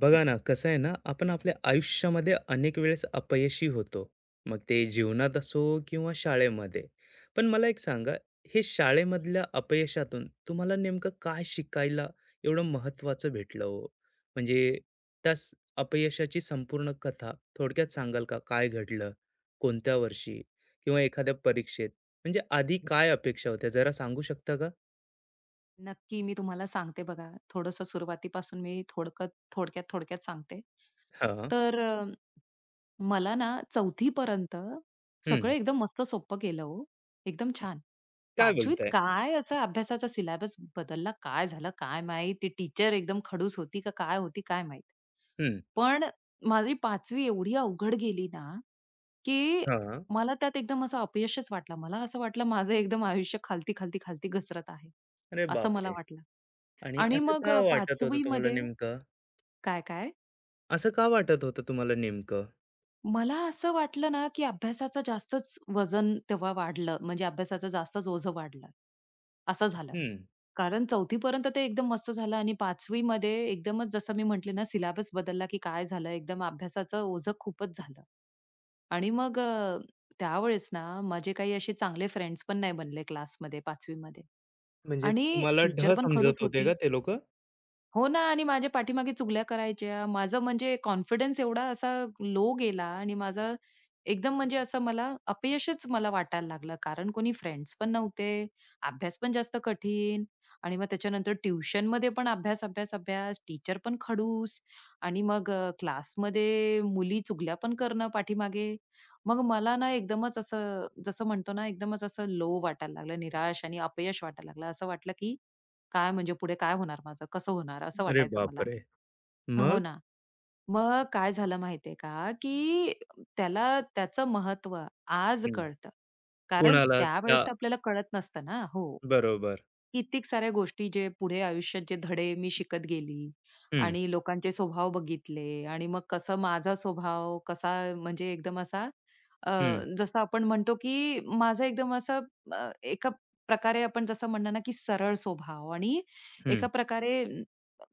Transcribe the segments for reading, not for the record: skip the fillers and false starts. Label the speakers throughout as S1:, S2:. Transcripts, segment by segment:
S1: बघा ना, कसं आहे ना, आपण आपल्या आयुष्यामध्ये अनेक वेळेस अपयशी होतो. मग ते जीवनात असो किंवा शाळेमध्ये. पण मला एक सांगा, हे शाळेमधल्या अपयशातून तुम्हाला नेमकं काय शिकायला एवढं महत्त्वाचं भेटलं हो? म्हणजे त्या अपयशाची संपूर्ण कथा थोडक्यात सांगाल का? काय घडलं? कोणत्या वर्षी? किंवा एखाद्या परीक्षेत? म्हणजे आधी काय अपेक्षा होत्या जरा सांगू शकता का?
S2: नक्की, मी तुम्हाला सांगते बघा. थोडंसं सुरुवातीपासून मी थोडक्यात सांगते.
S1: हा.
S2: तर अ, मला ना 4थी पर्यंत सगळं
S1: हम्म.
S2: एकदम मस्त सोपं गेलं हो. एकदम छान.
S1: काय
S2: 5वी
S1: बोलताय?
S2: काय असा अभ्यासाचा सिलेबस बदलला, काय झालं काय माहीत? ती टीचर एकदम खडूस होती का काय होती काय माहीत?
S1: हम्म.
S2: पण माझी 5वी एवढी अवघड गेली ना, की
S1: हा.
S2: मला त्यात एकदम असं अपयशच वाटलं. मला असं वाटलं माझं एकदम आयुष्य खालती, खालती, खालती घसरत आहे,
S1: अरे
S2: असं मला
S1: बापरे.
S2: वाटलं.
S1: आणि
S2: आणि
S1: असं
S2: मग
S1: का वाटत होतं
S2: 5वी
S1: तुम्हाला
S2: मध्ये
S1: नेमकं?
S2: काय-काय?
S1: असं का वाटत होतं तुम्हाला नेमकं?
S2: मला असं वाटलं ना, की अभ्यासाचं जास्तच वजन तेव्हा वाढलं. म्हणजे अभ्यासाचं जास्तच ओझं वाढलं. असं झालं.
S1: हं.
S2: कारण 4थी पर्यंत ते एकदम मस्त झालं आणि 5वी मध्ये एकदमच जसं मी म्हटले ना, सिलेबस बदलला, की काय झालं एकदम अभ्यासाचं ओझं खूपच झालं. आणि मग त्यावेळेस ना, माझे काही असे चांगले फ्रेंड्स पण नाही बनले क्लासमध्ये 5वी मध्ये
S1: म्हणजे
S2: आणि
S1: तुम्हाला
S2: टीचर
S1: ढ
S2: पण खडूस
S1: समजत होते
S2: होती.
S1: का ते लोकं?
S2: हो ना आणि माझ्या पाठीमागे चुगल्या करायच्या. माझं म्हणजे कॉन्फिडन्स एवढा असा लो गेला आणि माझा एकदम म्हणजे असं मला अपयशच वाटायला लागलं. कारण कोणी फ्रेंड्स पण नव्हते, अभ्यास पण जास्त कठीण आणि मग त्याच्यानंतर ट्युशनमध्ये पण अभ्यास, अभ्यास, अभ्यास. टीचर पण खडूस आणि मग क्लासमध्ये मुली चुगल्या पण करणं पाठीमागे. मग मला ना एकदमच असं जसं म्हणतो ना, एकदमच असं लो वाटायला लागलं, निराश आणि अपयश वाटायला लागलं. असं वाटलं की काय म्हणजे पुढे काय होणार माझं? कसं होणार? असं
S1: अरे
S2: वाटायचं मला.
S1: बापरे!
S2: हो
S1: मग?
S2: ना. मग काय झालं माहितीये का, की त्याला त्याचं महत्व आज
S1: हं.
S2: कळतं. कारण
S1: कुणाला? त्या
S2: त्यावेळेस तर आपल्याला कळत नसतं ना. हो.
S1: बरोबर.
S2: कित्येक साऱ्या गोष्टी जे पुढे आयुष्यात जे धडे मी शिकत गेली
S1: हं,
S2: आणि लोकांचे स्वभाव बघितले आणि मग कसं माझा स्वभाव कसा म्हणजे एकदम असा अ,
S1: हं,
S2: जसं आपण म्हणतो की माझा एकदम असा एका प्रकारे आपण जसं म्हणणार ना की सरळ स्वभाव आणि
S1: हं.
S2: एका प्रकारे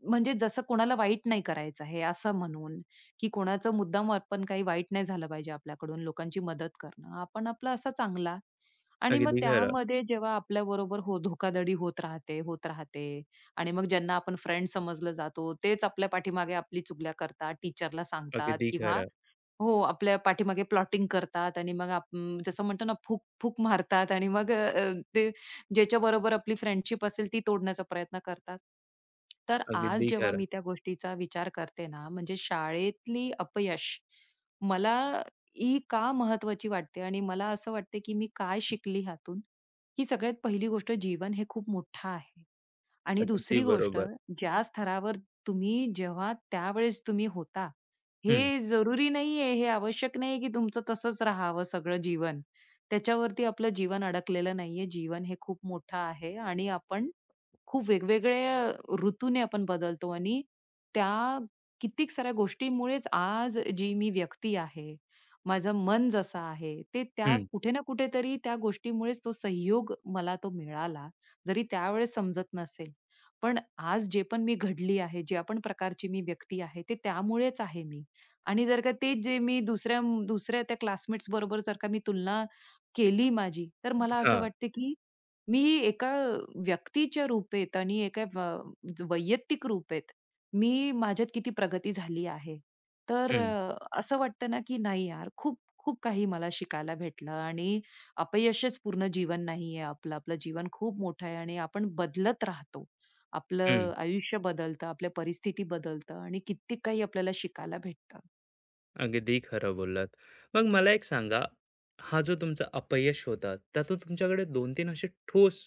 S2: म्हणजे जसं कोणाला वाईट नाही करायचं आहे असं म्हणून की कोणाचं मुद्दाम आपण काही वाईट नाही झालं पाहिजे आपल्याकडून लोकांची मदत करणं आपण आपला असा चांगला आणि मग
S1: अगदी खरं,
S2: त्यामध्ये जेव्हा आपल्याबरोबर हो धोकाधडी होत राहते, होत राहते आणि मग ज्यांना आपण फ्रेंड समजलं जातो, तेच आपल्या पाठीमागे आपली चुगल्या करतात, टीचरला सांगतात
S1: अगदी
S2: किंवा
S1: खरं,
S2: हो, आपल्या पाठीमागे प्लॉटिंग करतात आणि मग जसं म्हणतो ना, फूक-फूक मारतात आणि मग अ, अ, ते ज्याच्याबरोबर आपली फ्रेंडशिप असेल ती तोडण्याचा प्रयत्न करतात. तर आज
S1: अगदी
S2: जेव्हा
S1: खरं,
S2: मी त्या गोष्टीचा विचार करते ना, म्हणजे शाळेतली अपयश मला ही का महत्त्वाची वाटते आणि मला असं वाटते, की मी काय शिकली ह्यातून, की सगळ्यात पहिली गोष्ट जीवन हे खूप मोठं आहे. आणि
S1: अगदी
S2: दुसरी गोष्ट,
S1: बरोबर.
S2: ज्या स्तरावर तुम्ही जेव्हा त्यावेळेस तुम्ही होता,
S1: हं,
S2: हे जरुरी नाहीये, हे आवश्यक नाहीये, की तुमचं तसंच राहावं सगळं जीवन. त्याच्यावरती आपलं जीवन अडकलेलं नाहीये. जीवन हे खूप मोठं आहे आणि आपण खूप वेगवेगळ्या ऋतूने आपण बदलतो आणि त्या कित्येक साऱ्या गोष्टीमुळेच आज जी मी व्यक्ती आहे, माझं मन जसं आहे, ते त्या
S1: हं.
S2: कुठे ना कुठेतरी त्या गोष्टीमुळेच तो सहयोग मला तो मिळाला. जरी त्यावेळेस समजत नसेल. पण आज जे पण मी घडली आहे, जे आपण प्रकारची मी व्यक्ती आहे, ते त्यामुळेच आहे मी. आणि जर का तेच जे मी दुसऱ्या दुसऱ्या त्या क्लासमेट्स बरोबर जर का मी तुलना केली माझी, तर मला असं
S1: हां.
S2: वाटतं की मी एका व्यक्तीच्या रूपेत आणि एका व- वैयक्तिक रूपेत मी माझ्यात किती प्रगती झाली आहे. तर
S1: हं,
S2: असं वाटतं ना की नाही यार खूप खूप काही मला शिकायला भेटलं आणि अपयशच पूर्ण जीवन नाहीये आपलं. आपलं जीवन खूप मोठं आहे आणि आपण बदलत राहतो. आपलं
S1: हं.
S2: आयुष्य बदलतं, आपल्या परिस्थिती बदलतं आणि कित्येक काही आपल्याला शिकायला भेटतं.
S1: अगदी खरं बोललात. मग मला एक सांगा, हा जो तुमचा अपयश होता, त्यातून तुमच्याकडे 2-3 असे ठोस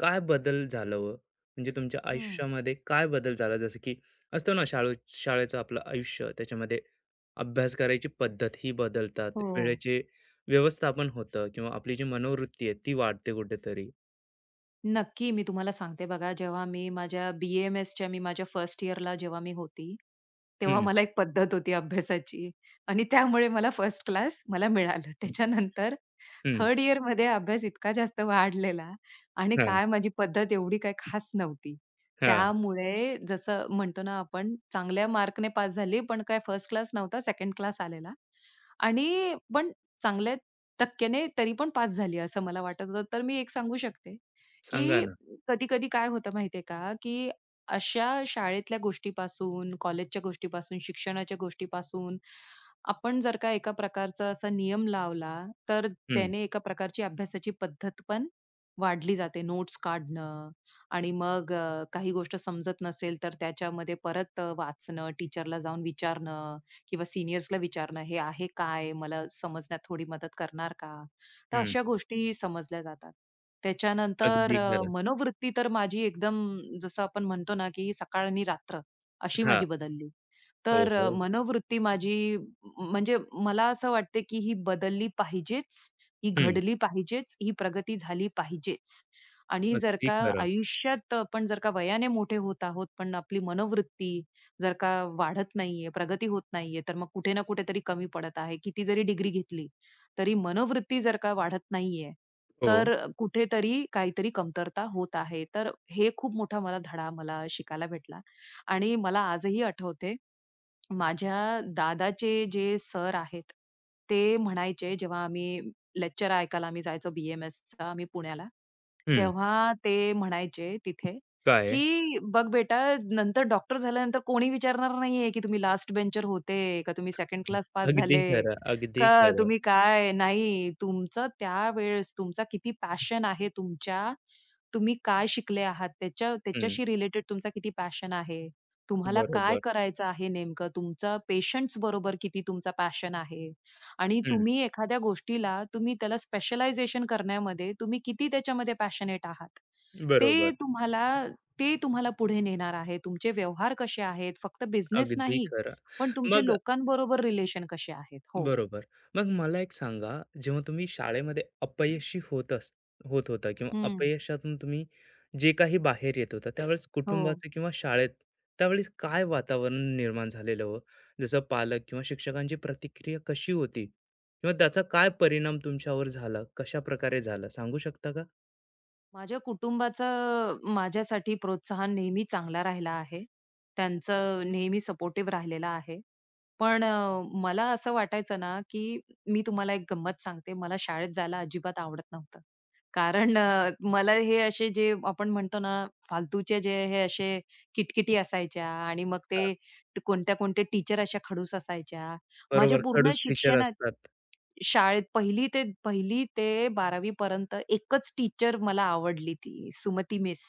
S1: काय बदल झालं हो? म्हणजे तुमच्या
S2: हम्म.
S1: आयुष्यामध्ये काय बदल झाला? जसं की असतो ना शाळू शाळेचं आपलं आयुष्य, त्याच्यामध्ये अभ्यास करायची पद्धत ही बदलतात,
S2: हो
S1: वेळेचे व्यवस्थापन होतं किंवा आपली जी मनोवृत्ती आहे, ती वाढते कुठेतरी.
S2: नक्की. मी तुम्हाला सांगते बघा, जेव्हा मी माझ्या बी-ए-एम-एसच्या मी माझ्या फर्स्ट इयरला जेव्हा मी होती, तेव्हा
S1: हं,
S2: मला एक पद्धत होती अभ्यासाची आणि त्यामुळे मला फर्स्ट क्लास मला मिळालं. त्याच्यानंतर
S1: हं.
S2: थर्ड इयरमध्ये अभ्यास इतका जास्त वाढलेला आणि
S1: हां,
S2: काय माझी पद्धत एवढी काही खास नव्हती.
S1: हां.
S2: त्यामुळे जसं म्हणतो ना आपण चांगल्या मार्कने पास झाली, पण काय फर्स्ट क्लास नव्हता, सेकंड क्लास आलेला आणि पण चांगल्या टक्क्याने तरी पण पास झाली असं मला वाटत होतं. तर मी एक सांगू शकते,
S1: सांगा
S2: की
S1: ना.
S2: कधी-कधी काय होतं माहितीये का, की अशा शाळेतल्या गोष्टीपासून, कॉलेजच्या गोष्टीपासून, शिक्षणाच्या गोष्टीपासून आपण जर का एका प्रकारचा असा नियम लावला, तर
S1: हं,
S2: त्याने एका प्रकारची अभ्यासाची पद्धत पण वाढली जाते. नोट्स काढणं आणि मग काही गोष्ट समजत नसेल, तर त्याच्यामध्ये परत वाचणं, टीचरला जाऊन विचारणं किंवा सीनियर्सला विचारणं, "हे आहे काय? मला समजण्यात थोडी मदत करणार का?" तर
S1: हं.
S2: अशा गोष्टी समजल्या जातात. त्याच्यानंतर
S1: अगदी खरं.
S2: मनोवृत्ती तर माझी एकदम जसं आपण म्हणतो ना, की सकाळ आणि रात्र अशी
S1: हां.
S2: माझी बदलली.
S1: हो,
S2: तर
S1: हो.
S2: म्हणजे मला असं वाटते, की ही बदलली पाहिजेच, ही
S1: हं.
S2: घडली पाहिजेच, ही प्रगती झाली पाहिजेच. आणि जर
S1: अगदी
S2: का
S1: खरं.
S2: आयुष्यात आपण जर का वयाने मोठे होत आहोत, पण आपली मनोवृत्ती जर का वाढत नाहीये, प्रगती होत नाहीये, तर मग कुठे ना कुठेतरी कमी पडत आहे. किती जरी डिग्री घेतली, तरी मनोवृत्ती जर का वाढत नाहीये,
S1: हो.
S2: तर कुठेतरी काहीतरी कमतरता होत आहे. तर हे खूप मोठा मला धडा शिकायला भेटला आणि मला आजही आठवते, माझ्या दादाचे जे सर आहेत, ते म्हणायचे जेव्हा आम्ही लेक्चर ऐकायला आम्ही जायचो बी-एम-एसचा आम्ही पुण्याला.
S1: हं.
S2: तेव्हा ते म्हणायचे तिथे,
S1: काय आहे?
S2: की "बघ बेटा नंतर डॉक्टर झाल्यानंतर कोणी विचारणार नाहीये, की तुम्ही लास्ट बेंचर होते, का तुम्ही सेकंड
S1: हं,
S2: क्लास पास
S1: अगदी
S2: झाले,
S1: खरं, अगदी
S2: का
S1: खरं.
S2: तुम्ही काय नाही. तुमचं त्यावेळेस तुमचा किती पॅशन आहे तुमच्या तुम्ही काय शिकले आहात त्याच्या
S1: हं,
S2: त्याच्याशी रिलेटेड तुमचा किती पॅशन आहे. तुम्हाला काय
S1: बरोबर.
S2: करायचं आहे नेमकं? तुमचा पेशंट्स बरोबर किती तुमचा पॅशन आहे आणि
S1: हं,
S2: तुम्ही एखाद्या गोष्टीला तुम्ही त्याला स्पेशलायझेशन करण्यामध्ये तुम्ही किती त्याच्यामध्ये पॅशनेट आहात.
S1: बरोबर.
S2: ते तुम्हाला ते तुम्हाला पुढे नेणार आहे. तुमचे व्यवहार कसे आहेत? फक्त बिझनेस
S1: अगदी
S2: नाही,
S1: खरं.
S2: पण तुमचे
S1: मग
S2: लोकांबरोबर रिलेशन कसे आहेत? हो.
S1: बरोबर. मग मला एक सांगा, जेव्हा तुम्ही शाळेमध्ये अपयशी होत होता किंवा
S2: हं.
S1: अपयशातून तुम्ही जे काही बाहेर येत होता, त्यावेळेस
S2: हो.
S1: कुटुंबाचं किंवा शाळेत, त्यावेळेस काय वातावरण निर्माण झालेलं हो? जसं पालक किंवा शिक्षकांची प्रतिक्रिया कशी होती? किंवा त्याचा काय परिणाम तुमच्यावर झाला? कशाप्रकारे झाला? सांगू शकता का?
S2: माझ्या कुटुंबाचं माझ्यासाठी प्रोत्साहन नेहमी चांगला राहिला आहे. त्यांचं नेहमी सपोर्टिव्ह राहिलेला आहे. पण मला असं वाटायचं ना, की मी तुम्हाला एक गंमत सांगते. मला शाळेत जायला अजिबात आवडत नव्हतं. कारण मला हे असे जे आपण म्हणतो ना, फालतूचे जे हे असे किटकिटी असायच्या आणि मग
S1: हां,
S2: ते कोणत्या-कोणत्या टीचर अशा खडूस असायच्या. माझ्या
S1: बरोबर.
S2: पूर्ण
S1: खडूस टीचर
S2: शिक्षणा
S1: असतात.
S2: शाळेत 1ली ते 12वी पर्यंत एकच टीचर मला आवडली ती सुमती मिस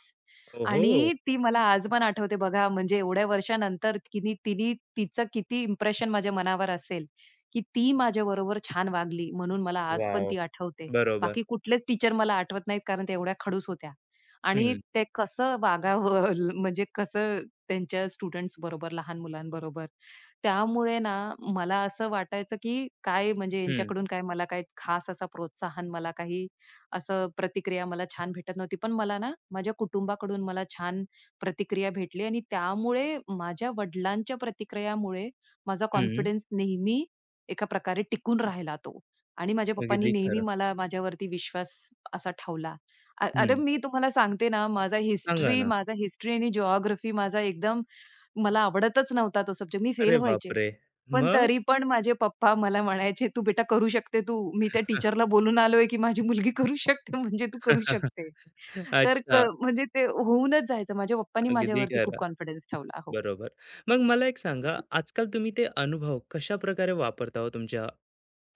S1: ओहो!
S2: आणि ती मला आज पण आठवते बघा, म्हणजे एवढ्या वर्षानंतर किनी तिनी तिचं किती इम्प्रेशन माझ्या मनावर असेल, की ती माझ्याबरोबर छान वागली म्हणून मला आज पण
S1: वॉव!
S2: ती आठवते.
S1: बरोबर.
S2: बाकी कुठलेच टीचर मला आठवत नाहीत कारण त्या एवढ्या खडूस होत्या आणि
S1: हं,
S2: ते कसं वागावं म्हणजे कसं त्यांच्या स्टुडंट्स बरोबर, लहान मुलांबरोबर त्यामुळे ना मला असं वाटायचं की काय म्हणजे
S1: हं,
S2: यांच्याकडून काय मला काही खास असा प्रोत्साहन मला काही असं प्रतिक्रिया मला छान भेटत नव्हती. पण मला ना माझ्या कुटुंबाकडून मला छान प्रतिक्रिया भेटली आणि त्यामुळे माझ्या वडिलांच्या प्रतिक्रियामुळे माझा
S1: हं.
S2: कॉन्फिडन्स नेहमी एका प्रकारे टिकून राहिला तो. आणि माझ्या पप्पांनी
S1: अगदी
S2: नेहमी
S1: खरं.
S2: मला माझ्यावरती विश्वास असा ठेवला.
S1: हं.
S2: मी तुम्हाला सांगते ना
S1: सांगा ना.
S2: माझा हिस्ट्री आणि जिओग्राफी माझा एकदम मला आवडतच नव्हता तो सब्जेक्ट. मी फेल
S1: अरे
S2: व्हायचे.
S1: बापरे!
S2: पण
S1: मग?
S2: तरी पण माझे पप्पा मला म्हणायचे, "तू बेटा करू शकते तू. मी त्या टीचरला बोलून आलोय, की माझी मुलगी करू शकते म्हणजे तू करू शकते." तर
S1: अच्छा.
S2: म्हणजे ते होऊनच जायचं. माझ्या पप्पांनी
S1: अगदी
S2: माझ्यावरती खूप
S1: खरं.
S2: कॉन्फिडन्स ठेवला. हो.
S1: बरोबर. मग मला एक सांगा, आजकाल तुम्ही ते अनुभव कशा प्रकारे वापरता हो तुमच्या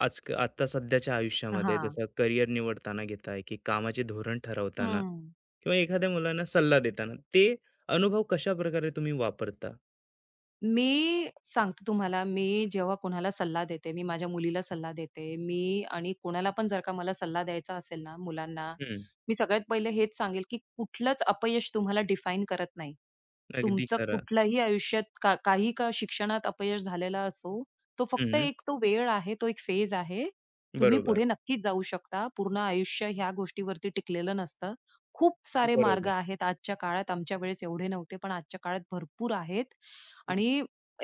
S1: आज आता सध्याच्या आयुष्यामध्ये?
S2: हां.
S1: जसं करियर निवडताना घेताय की कामाचे धोरण ठरवताना
S2: हं.
S1: किंवा एखाद्या मुलांना सल्ला देताना, ते अनुभव कशाप्रकारे तुम्ही वापरता?
S2: मी सांगते तुम्हाला, मी जेव्हा कोणाला सल्ला देते, मी माझ्या मुलीला सल्ला देते, मी आणि कोणाला पण जर का मला सल्ला द्यायचा असेल ना, मुलांना,
S1: हं.
S2: मी सगळ्यात पहिले हेच सांगेल, की कुठलंच अपयश तुम्हाला डिफाईन करत नाही.
S1: अगदी
S2: तुमचं
S1: खरं.
S2: कुठलंही आयुष्यात का काही का शिक्षणात अपयश झालेला असो, तो फक्त
S1: हं.
S2: एक तो वेळ आहे, तो एक फेज आहे. तुम्ही
S1: बरोबर.
S2: पुढे नक्कीच जाऊ शकता. पूर्ण आयुष्य ह्या गोष्टीवरती टिकलेलं नसतं. खूप सारे मार्ग
S1: बरोबर.
S2: आहेत आजच्या काळात. आमच्या वेळेस एवढे नव्हते, पण आजच्या काळात भरपूर आहेत.
S1: हं,
S2: आणि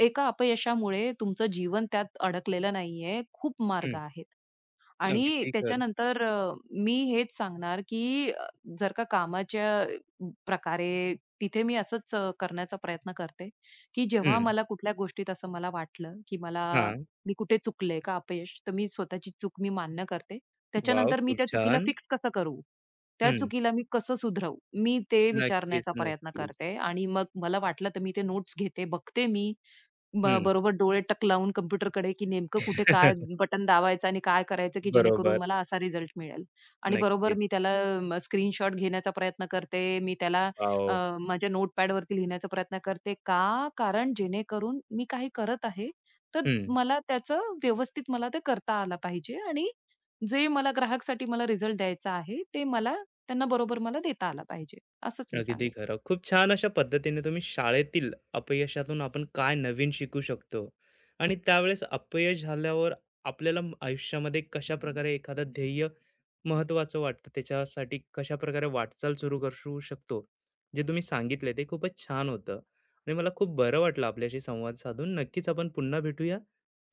S2: एका अपयशामुळे तुमचं जीवन त्यात अडकलेलं नाहीये. खूप मार्ग
S1: हं.
S2: आहेत. आणि
S1: अगदी खरं.
S2: त्याच्यानंतर मी हेच सांगणार, की जर का कामाच्या प्रकारे तिथे मी असंच करण्याचा प्रयत्न करते, की जेव्हा
S1: हं.
S2: मला कुठल्या गोष्टीत असं मला वाटलं, की मला
S1: हां.
S2: मी कुठे चुकले का अपयश, तर मी स्वतःची चूक मी मान्य करते.
S1: वॉव!
S2: त्याच्यानंतर मी
S1: खूप
S2: त्या चुकीला
S1: छान.
S2: फिक्स कसं करू? त्या
S1: हं.
S2: चुकीला मी कसं सुधरवू? मी ते
S1: नक्कीच,
S2: विचारण्याचा प्रयत्न
S1: नक्कीच.
S2: करते आणि मग मला वाटलं तर मी ते नोट्स घेते, बघते मी,
S1: हं.
S2: बरोबर डोळे टक लावून कॉम्प्युटरकडे, की नेमकं कुठे काय बटन दाबायचं आणि काय करायचं, की जेणेकरून
S1: बरोबर.
S2: मला असा रिझल्ट मिळेल. आणि बरोबर
S1: नक्कीच.
S2: मी त्याला स्क्रीनशॉट घेण्याचा प्रयत्न करते. मी त्याला
S1: वॉव!
S2: अ, माझ्या नोटपॅडवरती लिहिण्याचा प्रयत्न करते. का? कारण जेणेकरून मी काही करत आहे, तर
S1: हं.
S2: मला त्याचं व्यवस्थित मला ते करता आलं पाहिजे आणि जे मला ग्राहकसाठी मला रिझल्ट द्यायचा आहे, ते मला त्यांना बरोबर मला देता आला पाहिजे. असंच मी
S1: अगदी
S2: सांगेल.
S1: खरं. खूप छान. अशा पद्धतीने तुम्ही शाळेतील अपयशातून आपण काय नवीन शिकू शकतो आणि त्यावेळेस अपयश झाल्यावर आपल्याला आयुष्यामध्ये कशाप्रकारे एखादं ध्येय महत्त्वाचं वाटतं त्याच्यासाठी कशाप्रकारे वाटचाल सुरू करू शकतो, जे तुम्ही सांगितले ते खूपच छान होतं. आणि मला खूप बरं वाटलं आपल्याशी संवाद साधून. नक्कीच आपण पुन्हा भेटूया.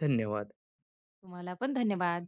S1: धन्यवाद.
S2: तुम्हाला पण धन्यवाद.